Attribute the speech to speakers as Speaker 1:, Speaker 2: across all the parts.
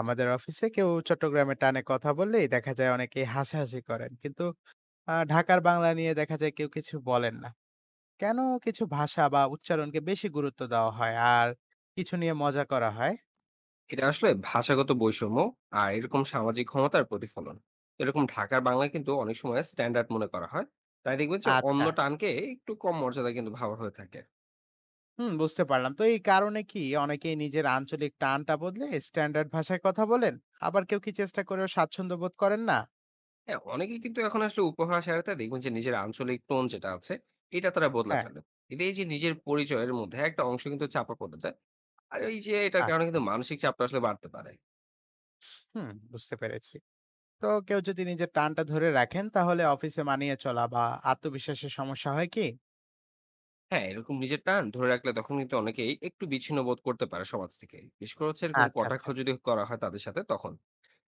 Speaker 1: আমাদের অফিসে কেউ চট্টগ্রামের টানে কথা বললেই দেখা যায় অনেকেই হাসাহাসি করেন, কিন্তু ঢাকার বাংলা নিয়ে দেখা যায় কেউ কিছু বলেন না। কেন কিছু ভাষা বা উচ্চারণকে বেশি গুরুত্ব দেওয়া হয় আর কিছু নিয়ে মজা করা হয়?
Speaker 2: এটা আসলে ভাষাগত বৈষম্য আর এরকম সামাজিক ক্ষমতার প্রতিফলন। এরকম ঢাকার বাংলা কিন্তু অনেক সময় স্ট্যান্ডার্ড মনে করা হয়, তাই দেখবেন যে অন্য
Speaker 1: আচ্ছা।
Speaker 2: টানকে একটু কম মর্যাদা কিন্তু ভাবা হয়ে থাকে।
Speaker 1: হুম, বুঝতে পারলাম। তো এই কারণে কি অনেকেই নিজের আঞ্চলিক টানটা বদলে স্ট্যান্ডার্ড ভাষায় কথা বলেন? আবার কেউ কি চেষ্টা করেও স্বাচ্ছন্দ্য বোধ করেন না?
Speaker 2: হ্যাঁ, অনেকে কিন্তু এখন আসলে উপভাষা এড়াতে দেখবেন যে নিজের আঞ্চলিক টোন যেটা আছে, এটা তারা বদলে
Speaker 1: হ্যাঁ।
Speaker 2: ফেলে। এতে এই যে নিজের পরিচয়ের মধ্যে একটা অংশ কিন্তু চাপা পড়ে যায়, আর এই যে এটার কারণে
Speaker 1: আচ্ছা।
Speaker 2: কিন্তু মানসিক চাপটা আসলে বাড়তে পারে।
Speaker 1: হুম, বুঝতে পেরেছি। তো কেউ যদি নিজের টানটা ধরে রাখেন, তাহলে অফিসে মানিয়ে চলা বা আত্মবিশ্বাসের সমস্যা হয় কি?
Speaker 2: হ্যাঁ, এরকম নিজের টান ধরে রাখলে তখন কিন্তু অনেকেই একটু বিচ্ছিন্ন বোধ করতে পারে সমাজ থেকে, বিশেষ করে হচ্ছে এরকম
Speaker 1: আচ্ছা,
Speaker 2: কটাক্ষ
Speaker 1: আচ্ছা।
Speaker 2: যদি করা হয় তাদের সাথে তখন।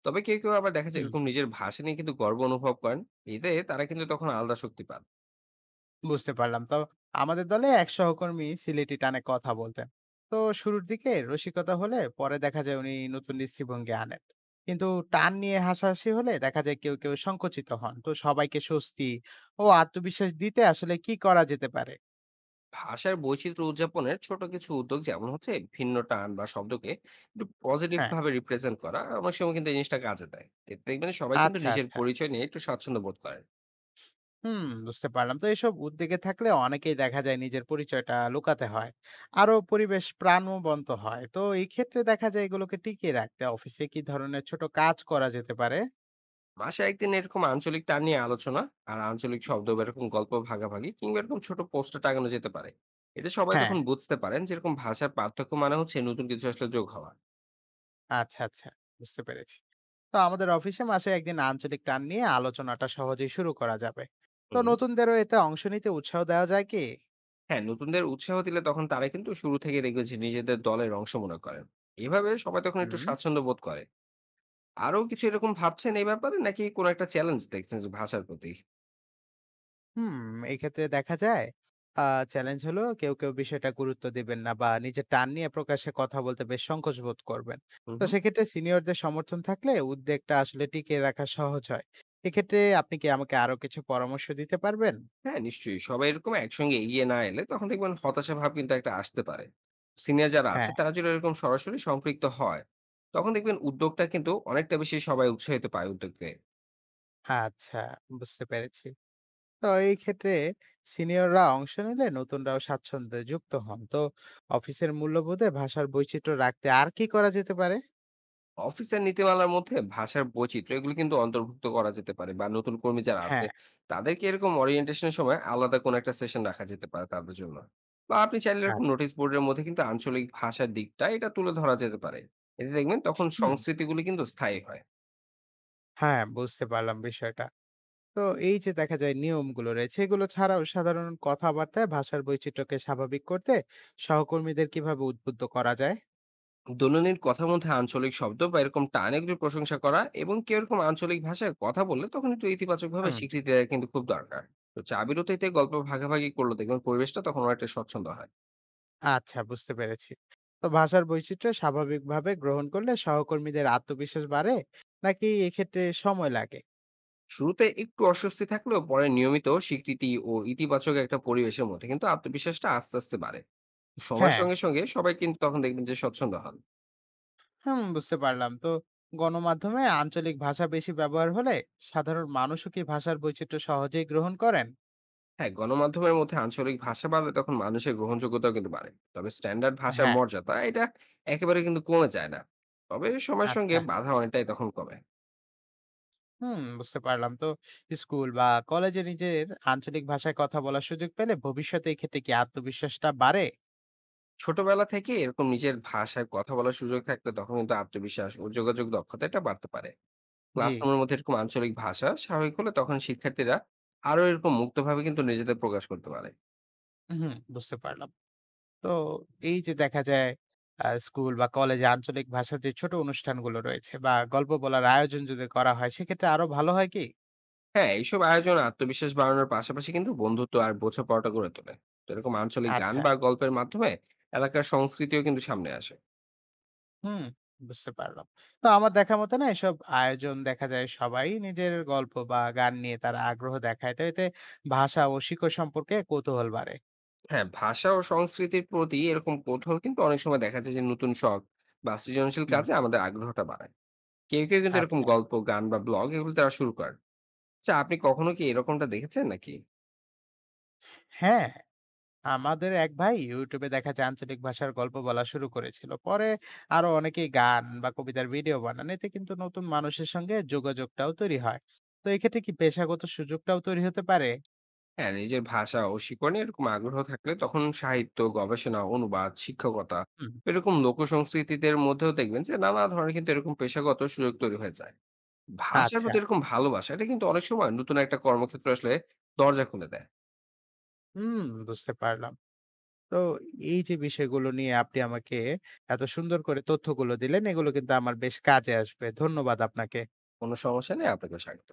Speaker 2: তবে কেউ কেউ আবার দেখা যায়
Speaker 1: হুম,
Speaker 2: এরকম নিজের ভাষা নিয়ে কিন্তু গর্ব অনুভব করেন, এতে তারা কিন্তু তখন আলাদা শক্তি পান।
Speaker 1: বুঝতে পারলাম। তো আমাদের দলে এক সহকর্মী সিলেটি টানে কথা বলতেন। তো শুরুর দিকে রসিকতা হলে পরে দেখা যায় উনি নতুন দৃষ্টিভঙ্গি আনেন। কিন্তু টান নিয়ে হাসাহাসি হলে দেখা যায় কেউ, কেউ সংকুচিত হন। তো সবাইকে স্বস্তি ও আত্মবিশ্বাস দিতে আসলে কি করা যেতে পারে?
Speaker 2: ভাষার বৈচিত্র্য উদযাপনের ছোট কিছু উদ্যোগ, যেমন হচ্ছে ভিন্ন টান বা শব্দকে একটু পজিটিভ
Speaker 1: হ্যাঁ,
Speaker 2: ভাবে রিপ্রেজেন্ট করা, অনেক সময় কিন্তু এই জিনিসটা কাজে দেয়। এতে দেখবেন সবাই কিন্তু
Speaker 1: আচ্ছা,
Speaker 2: নিজের
Speaker 1: আচ্ছা।
Speaker 2: পরিচয় নিয়ে একটু স্বাচ্ছন্দ্য বোধ করেন।
Speaker 1: হুম, বুঝতে পারলাম। তো এসব উদ্যোগে থাকলে অনেকেই দেখা যায় নিজের পরিচয়টা লুকাতে হয় আরো পরিবেশ প্রাণবন্ত হয়। তো এই ক্ষেত্রে দেখা যায় এগুলোকে টিকিয়ে রাখতে অফিসে কি ধরনের ছোট কাজ করা যেতে পারে?
Speaker 2: মাসে একদিন এরকম আঞ্চলিক টান নিয়ে আলোচনা, আর আঞ্চলিক শব্দ বা এরকম গল্প ভাগাভাগি, কিংবা এরকম ছোট পোস্টার টাঙানো যেতে পারে। এতে সবাই
Speaker 1: হ্যাঁ,
Speaker 2: তখন বুঝতে পারেন যেরকম ভাষার পার্থক্য মানে হচ্ছে নতুন কিছু আসলে যোগ হওয়া।
Speaker 1: আচ্ছা, আচ্ছা, বুঝতে পেরেছি। তো আমাদের অফিসে মাসে একদিন আঞ্চলিক টান নিয়ে আলোচনাটা সহজেই শুরু করা যাবে। তো
Speaker 2: হুম।
Speaker 1: নতুনদেরও এতে অংশ নিতে উৎসাহ দেওয়া যায় কি?
Speaker 2: হ্যাঁ, নতুনদের উৎসাহ দিলে তখন তারা কিন্তু শুরু থেকে দেখবে যে নিজেদের দলের অংশ মনে করেন। এভাবে সবাই তখন একটু
Speaker 1: হুম।
Speaker 2: স্বাচ্ছন্দ্য বোধ করে। আরো কিছু এরকম ভাবছেন এই ব্যাপারে, নাকি কোনো একটা চ্যালেঞ্জ দেখছেন যে ভাষার প্রতি?
Speaker 1: হুম, এক্ষেত্রে দেখা যায় আ চ্যালেঞ্জ হলো কেউ, কেউ বিষয়টা গুরুত্ব দিবেন না বা নিজের টান নিয়ে প্রকাশ্যে কথা বলতে বেশ সংকোচ বোধ করবেন।
Speaker 2: হুম,
Speaker 1: তো
Speaker 2: হুম।
Speaker 1: সেক্ষেত্রে সিনিয়রদের সমর্থন থাকলে উদ্বেগটা আসলে টিকিয়ে রাখা সহজ হয়। এক্ষেত্রে আপনি কি আমাকে আরো কিছু পরামর্শ দিতে পারবেন?
Speaker 2: হ্যাঁ, নিশ্চয়ই। সবাই এরকম একসঙ্গে এগিয়ে না এলে তখন দেখবেন হতাশা ভাব কিন্তু একটা আসতে পারে। সিনিয়র যারা আছে
Speaker 1: হ্যাঁ,
Speaker 2: তারা যদি এরকম সরাসরি সম্পৃক্ত হয়, তখন দেখবেন উদ্যোগটা কিন্তু অনেকটা বেশি সবাই উৎসাহিত পায় উদ্যোগকে।
Speaker 1: আচ্ছা, বুঝতে পেরেছি। তো এই ক্ষেত্রে সিনিয়ররা অংশ নিলে নতুনরাও স্বাচ্ছন্দ্যে যুক্ত হন। তো অফিসের মূল্যবোধে ভাষার বৈচিত্র্য রাখতে আর কি করা যেতে পারে?
Speaker 2: অফিসের নীতিমালার মধ্যে ভাষার বৈচিত্র্য এগুলো কিন্তু অন্তর্ভুক্ত করা যেতে পারে, বা নতুন কর্মী যারা আছে
Speaker 1: হ্যাঁ,
Speaker 2: তাদেরকে এরকম অরিয়েন্টেশনের সময় আলাদা কোনো একটা সেশন রাখা যেতে পারে তাদের জন্য, বা আপনি চাইলে এরকম
Speaker 1: আচ্ছা।
Speaker 2: নোটিশ বোর্ডের মধ্যে কিন্তু আঞ্চলিক ভাষার দিকটা এটা তুলে ধরা যেতে পারে। এতে দেখবেন তখন
Speaker 1: হুম,
Speaker 2: সংস্কৃতিগুলি কিন্তু স্থায়ী হয়।
Speaker 1: হ্যাঁ, বুঝতে পারলাম বিষয়টা। তো এই যে দেখা যায় নিয়মগুলো রয়েছে, এগুলো ছাড়াও সাধারণ কথাবার্তায় ভাষার বৈচিত্র্যকে স্বাভাবিক করতে সহকর্মীদের কিভাবে উদ্বুদ্ধ করা যায়?
Speaker 2: দৈনন্দিন কথার মধ্যে আঞ্চলিক শব্দ বা এরকম টান এগুলি প্রশংসা করা, এবং কেউ এরকম আঞ্চলিক ভাষায় কথা বললে তখন একটু ইতিবাচক ভাবে
Speaker 1: হুম।
Speaker 2: স্বীকৃতি দেওয়া কিন্তু খুব দরকার। তো চা বিরতিতে গল্প ভাগাভাগি করলো দেখবেন পরিবেশটা তখন অনেকটা স্বচ্ছন্দ হয়।
Speaker 1: আচ্ছা, বুঝতে পেরেছি। তো ভাষার বৈচিত্র্য স্বাভাবিকভাবে গ্রহণ করলে সহকর্মীদের আত্মবিশ্বাস বাড়ে, নাকি এক্ষেত্রে সময় লাগে?
Speaker 2: শুরুতে একটু অস্বস্তি থাকলেও পরে নিয়মিত স্বীকৃতি ও ইতিবাচক একটা পরিবেশের মধ্যে কিন্তু আত্মবিশ্বাসটা আস্তে আস্তে বাড়ে। সময়ের
Speaker 1: হ্যাঁ।
Speaker 2: সঙ্গে সঙ্গে সবাই কিন্তু তখন দেখবেন যে স্বচ্ছন্দ হন।
Speaker 1: হুম, বুঝতে পারলাম। তো গণমাধ্যমে আঞ্চলিক ভাষা বেশি ব্যবহার হলে সাধারণ মানুষও কি ভাষার বৈচিত্র্য সহজেই গ্রহণ করেন?
Speaker 2: হ্যাঁ, গণমাধ্যমের মধ্যে আঞ্চলিক ভাষা বাড়লে তখন মানুষের গ্রহণযোগ্যতাও কিন্তু বাড়ে, তবে স্ট্যান্ডার্ড ভাষার
Speaker 1: হ্যাঁ।
Speaker 2: মর্যাদা এটা একেবারে কিন্তু কমে যায় না। তবে সময়ের সঙ্গে
Speaker 1: আচ্ছা।
Speaker 2: বাধা অনেকটাই তখন কমে।
Speaker 1: হুম, বুঝতে পারলাম। তো স্কুল বা কলেজে নিজের আঞ্চলিক ভাষায় কথা বলার সুযোগ পেলে ভবিষ্যতে এক্ষেত্রে কি আত্মবিশ্বাসটা বাড়ে?
Speaker 2: ছোটবেলা থেকে এরকম নিজের ভাষায় কথা বলার সুযোগ থাকলে তখন কিন্তু আত্মবিশ্বাস ও যোগাযোগ দক্ষতা এটা বাড়তে পারে।
Speaker 1: জি,
Speaker 2: ক্লাসরুমের মধ্যে এরকম আঞ্চলিক ভাষা স্বাভাবিক হলে তখন শিক্ষার্থীরা আরো এরকম মুক্তভাবে কিন্তু নিজেদের প্রকাশ করতে পারে।
Speaker 1: হুম, বুঝতে পারলাম। তো এই যে দেখা যায় স্কুল বা কলেজে আঞ্চলিক ভাষার যে ছোট অনুষ্ঠানগুলো রয়েছে বা গল্প বলার আয়োজন যদি করা হয়, সেক্ষেত্রে আরো ভালো হয় কি?
Speaker 2: হ্যাঁ, এইসব আয়োজন আত্মবিশ্বাস বাড়ানোর পাশাপাশি কিন্তু বন্ধুত্ব আর বোঝাপড়াটা গড়ে তোলে। তো এরকম আঞ্চলিক গান
Speaker 1: আচ্ছা,
Speaker 2: বা গল্পের মাধ্যমে এলাকার সংস্কৃতিও কিন্তু সামনে আসে।
Speaker 1: হুম, বুঝতে পারলাম। তো আমার দেখা মতো না, এসব আয়োজন দেখা যায় সবাই নিজের গল্প বা গান নিয়ে তারা আগ্রহ দেখায়। তো এতে ভাষা ও শিকড় সম্পর্কে কৌতূহল বাড়ে।
Speaker 2: হ্যাঁ, ভাষা ও সংস্কৃতির প্রতি এরকম কৌতূহল কিন্তু অনেক সময় দেখা যায় যে নতুন শখ বা সৃজনশীল
Speaker 1: হুম,
Speaker 2: কাজে আমাদের আগ্রহটা বাড়ায়। কেউ কেউ কিন্তু এরকম
Speaker 1: আচ্ছা।
Speaker 2: গল্প, গান বা ব্লগ এগুলো তারা শুরু করেন। আচ্ছা, আপনি কখনো কি এরকমটা দেখেছেন নাকি?
Speaker 1: হ্যাঁ, আমাদের এক ভাই ইউটিউবে দেখা যায় আঞ্চলিক ভাষার গল্প বলা শুরু করেছিল। পরে আরো অনেকেই গান বা কবিতার ভিডিও বানান, এতে কিন্তু নতুন মানুষের সঙ্গে যোগাযোগটাও তৈরি হয়। তো এক্ষেত্রে কি পেশাগত সুযোগটাও তৈরি হতে পারে?
Speaker 2: হ্যাঁ, নিজের ভাষা ও শিকড়ে এরকম আগ্রহ থাকলে তখন সাহিত্য, গবেষণা, অনুবাদ, শিক্ষকতা,
Speaker 1: হুম।
Speaker 2: এরকম লোকসংস্কৃতিদের মধ্যেও দেখবেন যে নানা ধরনের কিন্তু এরকম পেশাগত সুযোগ তৈরি হয়ে যায়। ভাষার
Speaker 1: আচ্ছা।
Speaker 2: প্রতি এরকম ভালোবাসা এটা কিন্তু অনেক সময় নতুন একটা কর্মক্ষেত্র আসলে দরজা খুলে দেয়।
Speaker 1: হুম, বুঝতে পারলাম। তো এই যে বিষয়গুলো নিয়ে আপনি আমাকে এত সুন্দর করে তথ্যগুলো দিলেন, এগুলো কিন্তু আমার বেশ কাজে আসবে। ধন্যবাদ আপনাকে।
Speaker 2: কোনো সমস্যা নেই, আপনাকে স্বাগত।